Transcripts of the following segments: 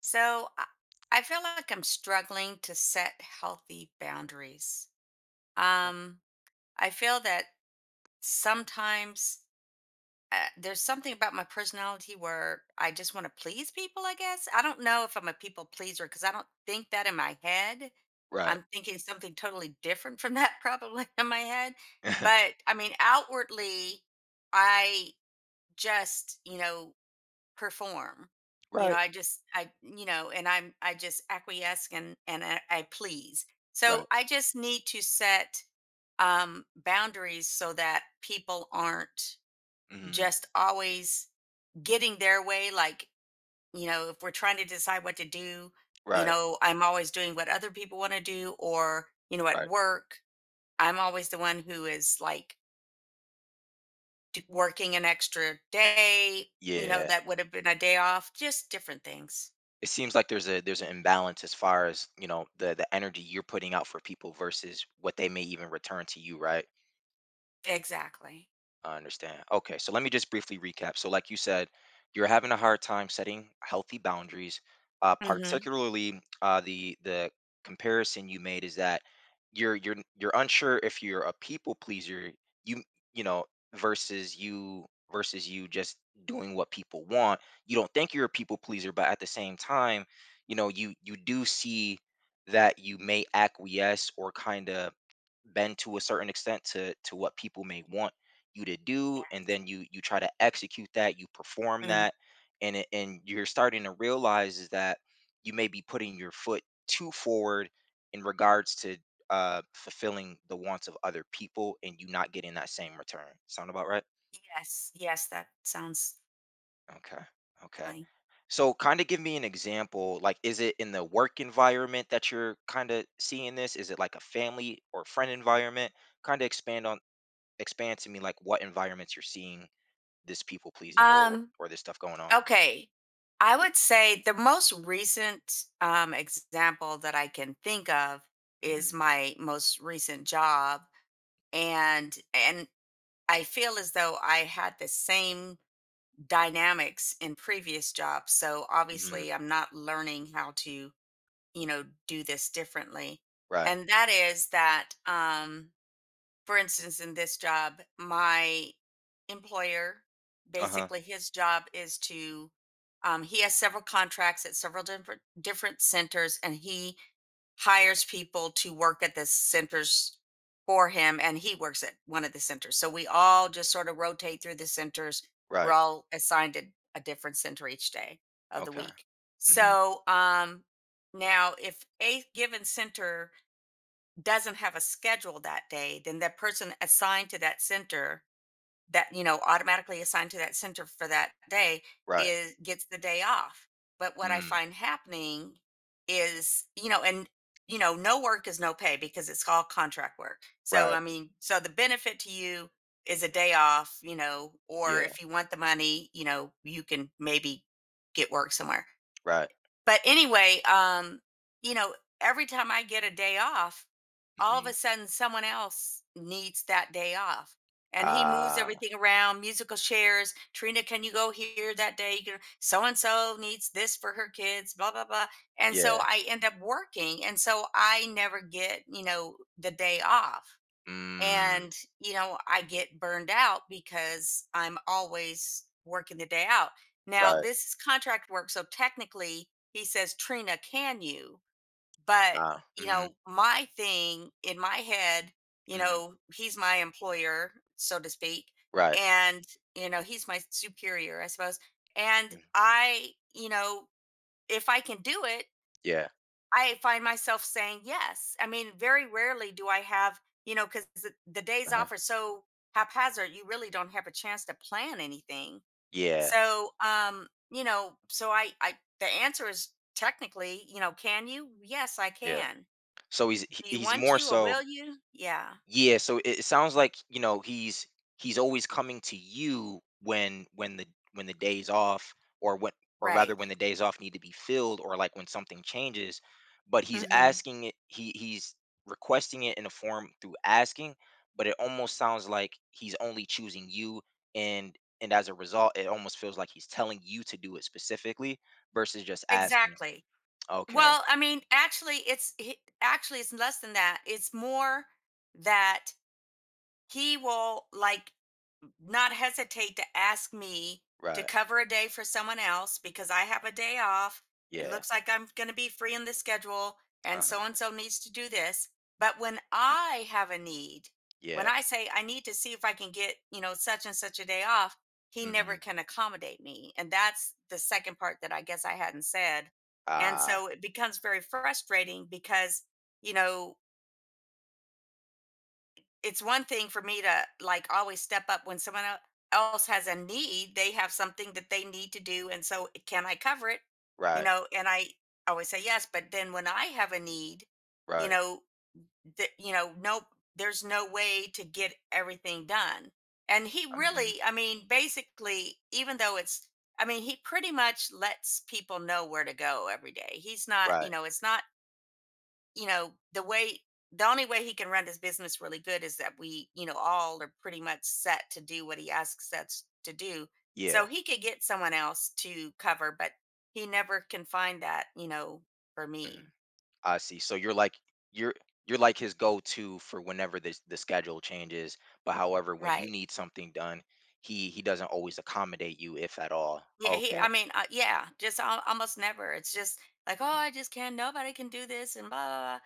So I feel like I'm struggling to set healthy boundaries. Um, I feel that sometimes there's something about my personality where I just want to please people, I guess. I don't know if I'm a people pleaser because I don't think that in my head. Right. I'm thinking something totally different from that probably in my head. But I mean, outwardly, I just, perform. You know, Right, I just I you know, and I just acquiesce and I please. So right. I just need to set boundaries so that people aren't Mhm. just always getting their way like, if we're trying to decide what to do, Right, I'm always doing what other people want to do or, at right. work, I'm always the one who is like working an extra day, Yeah. that would have been a day off, just different things. It seems like there's an imbalance as far as, the energy you're putting out for people versus what they may even return to you, right? Exactly. I understand. Okay, so let me just briefly recap. So, like you said, you're having a hard time setting healthy boundaries. Uh, Mhm. particularly, the comparison you made is that you're unsure if you're a people pleaser. You you know you versus you just doing what people want. You don't think you're a people pleaser, but at the same time, you do see that you may acquiesce, or kind of bend to a certain extent to what people may want you to do, and Yes. then you try to execute that, you perform Mhm. that, and you're starting to realize is that you may be putting your foot too forward in regards to fulfilling the wants of other people, and you not getting that same return, sound about right? Yes, yes, that sounds Okay, okay. silly. So, kind of give me an example, like, is it in the work environment that you're kind of seeing this? Is it like a family or friend environment? Kind of expand to me, like, what environments you're seeing, this people pleasing or Um, or this stuff going on. okay. I would say the most recent, example that I can think of is Mhm. my most recent job, and I feel as though I had the same dynamics in previous jobs, so Mhm. obviously I'm not learning how to, do this differently. Right. And that is that, for instance, in this job, my employer, Uh-huh. basically his job is to, he has several contracts at several different centers, and he hires people to work at the centers for him, and he works at one of the centers. So we all just sort of rotate through the centers. We're Right. all assigned a different center each day of the Okay. week. Mhm. So now, if a given center doesn't have a schedule that day, then that person assigned to that center that, automatically assigned to that center for that day Right. is gets the day off. But what I Mm. find happening is, no work is no pay because it's all contract work. So Right. I mean, so the benefit to you is a day off, or Yeah. if you want the money, you can maybe get work somewhere Right. but anyway, you know, every time I get a day off, all of Mhm. a sudden someone else needs that day off. And he moves Ah. everything around, musical chairs. Trina, can you go here that day? So and so needs this for her kids, blah, blah, blah. And so Yeah. I end up working. And so I never get, the day off. Mm. And, I get burned out because I'm always working the day out. Now, Right. this is contract work. So technically, he says, Trina, can you? But, Ah. Mhm. My thing in my head, Mhm. He's my employer, so to speak. Right. And, he's my superior, I suppose. And Mm. I, if I can do it, Yeah. I find myself saying yes. I mean, very rarely do I have, because the days Uh-huh. off are so haphazard, you really don't have a chance to plan anything. Yeah. So, the answer is technically, can you? Yes, I Yeah. can. So he's he Do you he's want more to or so. will you? Yeah, Yeah, so it sounds like, he's always coming to you when when the days off or when or rather right. when the days off need to be filled, or like when something changes, but he's hmm asking it he he's requesting it in a form through asking, but it almost sounds like he's only choosing you, and as a result it almost feels like he's telling you to do it specifically versus just asking. Exactly. Okay, Well, I mean, actually, actually it's less than that. It's more that he will like not hesitate to ask me to right. cover a day for someone else because I have a day off. It Yeah. looks like I'm going to be free in the schedule, Uh-huh. And so needs to do this. But when I have a need, when Yeah. I say I need to see if I can get, such and such a day off, he never Mhm. can accommodate me. And that's the second part that I guess I hadn't said. And Ah, so it becomes very frustrating because, you know, it's one thing for me to like always step up when else has a need, they have something that they need to do and so can I cover it, right. And I always say yes, but then when I have a need, you Right. know that, nope, there's no way to get everything done, and he Mhm. really, I mean, basically, even though it's I mean he pretty much lets people know where to go every day. He's not, Right. It's not, the way the only way he can run this business really good is that we, all are pretty much set to do what he asks us to do, Yeah. so he could get someone else to cover, but he never can find that, for me. Mhm. I see. So you're you're like his go-to for whenever the schedule changes, but however, when you Right. need something done, he doesn't always accommodate you, if at all. Yeah, he, Okay. I mean, yeah, just almost never. It's just like, oh, Hmm. I just can't, nobody can do this, and blah, blah, blah.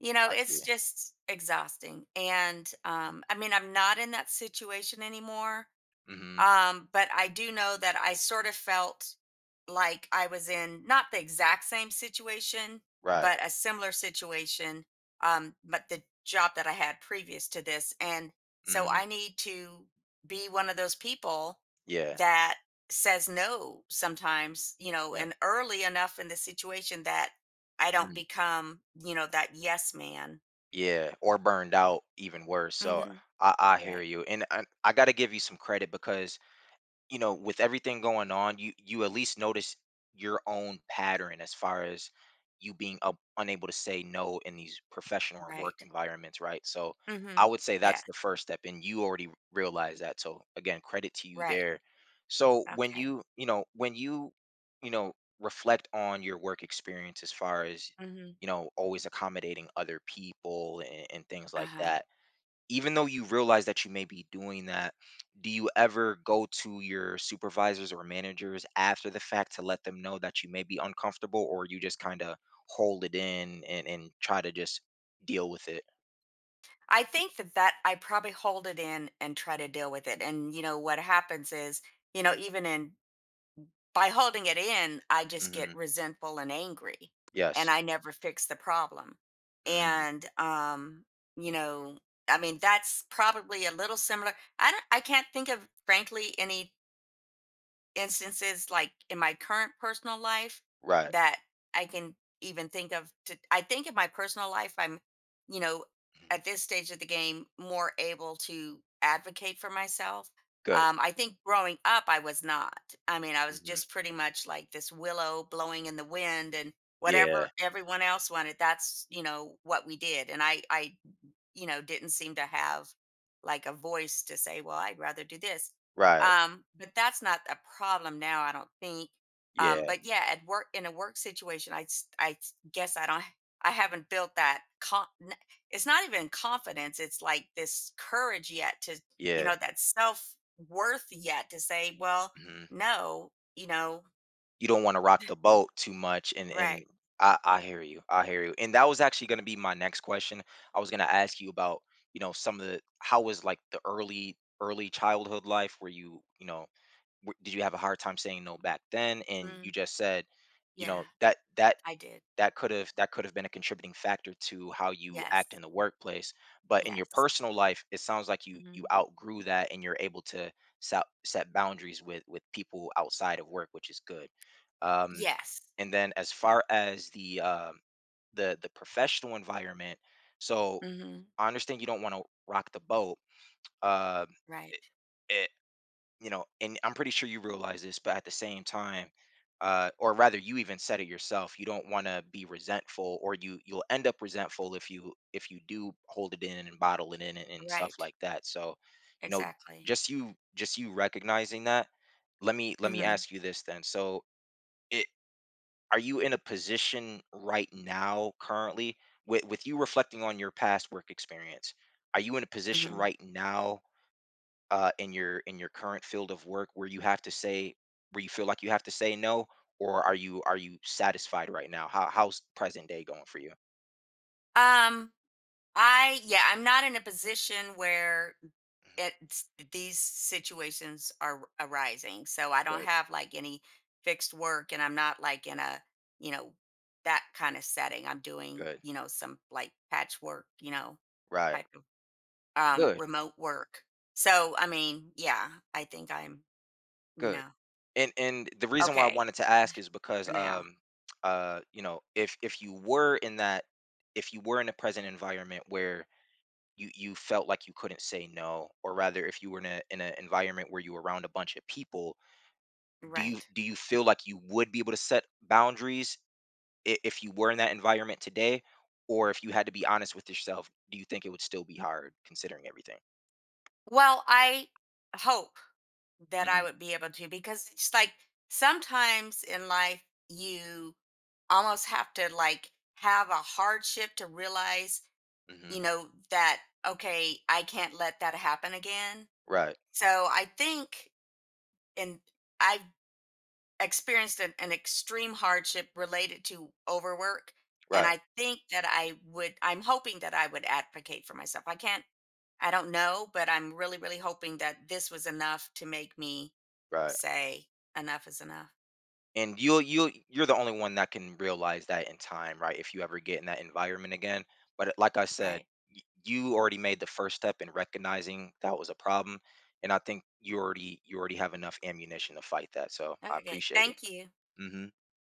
I see. It's just exhausting. And I mean I'm not in that situation anymore. Mm-hmm. But I do know that I sort of felt like I was in not the exact same situation, Right. but a similar situation. But the job that I had previous to this. And so Hmm. I need to be one of those people Yeah. that says no sometimes, Yeah. and early enough in the situation that I don't Mhm. become, that yes man. Yeah. Or burned out, even worse. So Hmm I hear Right. you, and I gotta give you some credit because, with everything going on, you at least notice your own pattern as far as you being up, unable to say no in these professional or work Right. environments, right? So I hmm would say Yeah. that's the first step, and you already realize that. So again, credit to you Right. there. So when Okay. you know when you know reflect on your work experience as far as hmm always accommodating other people and things Uh like huh. that, even though you realize that you may be doing that, do you ever go to your supervisors or managers after the fact to let them know that you may be uncomfortable, or you just kind of hold it in and try to just deal with it? I think that that I probably hold it in and try to deal with it. And you know what happens is, Hmm. even in by holding it in, I just Hmm. get resentful and angry, Yes. and I never fix the problem. Hmm. And you know, I mean that's probably a little similar. I can't think of frankly any instances like in my current personal life Right. that I can even think of to. I think in my personal life I'm, you know, at Hmm. this stage of the game more able to advocate for myself. Good. I think growing up I was not. I mean, I was Hmm. just pretty much like this willow blowing in the wind and Yeah. whatever everyone else wanted, that's, what we did. And I didn't seem to have like a voice to say, well, I'd rather do this. Right. But that's not a problem now, I don't think. Yeah. But yeah, at work in a work situation, guess I don't. I haven't built that it's not even confidence, it's like this courage yet to, Yeah. Yeah. That self-worth yet to say, well, Hmm. no, You don't want to rock the boat too much, and right. I hear you. I hear you. And that was actually going to be my next question. I was going to ask you about, some of the how was like the early childhood life where you, did you have a hard time saying no back then? And you Mm, just said, you yeah, know, that that I did. that could have been a contributing factor to how you act in Yes. the workplace. But in your Yes. personal life, it sounds like you hmm outgrew that, and you're able to set boundaries with people outside of work, which is good. um Yes. and then as Yeah. far as the professional environment, so hmm I understand you don't want to rock the boat. uh Right. you know, and I'm pretty sure you realize this, but at the same time, or rather, you even said it yourself. You don't want to be resentful, or you'll end up resentful if you do hold it in and bottle it in, and stuff Right. like that. So, you know, Exactly. just you recognizing that. Let me hmm ask you this then. So, it are you in a position right now currently with you reflecting on your past work experience? Are you in a position hmm right now, in your current field of work where you feel like you have to say no, or are you satisfied right now? How how's present day going for you? Um, I yeah, I'm not in a position where Mhm. it's these situations are arising. So I don't Good, have like any fixed work, and I'm not like in a, you know, that kind of setting. I'm doing, good, some like patchwork, right, type of good, remote work. So I mean, yeah, I think I'm, you good. know, And the reason why I okay wanted to ask is because for now. If you were in that if you were in a present environment where you felt like you couldn't say no, or rather if you were in an environment where you were around a bunch of people, do you Right. do you feel like you would be able to set boundaries, if you were in that environment today, or if you had to be honest with yourself, do you think it would still be hard considering everything? Well, I hope that Hmm. I would be able to because it's like sometimes in life you almost have to like have a hardship to realize, Hmm. That okay, I can't let that happen again. Right. So I think and I've experienced an extreme hardship related to overwork, and Right. I think that I'm hoping that I would advocate for myself. I can't, I don't know, but I'm really, really hoping that this was enough to make me Right. say enough is enough. And you're the only one that can realize that in time, right? If you ever get in that environment again, but like I said, Right. You already made the first step in recognizing that was a problem. And I think you already have enough ammunition to fight that, so I Okay. appreciate it. Thank you. Hmm.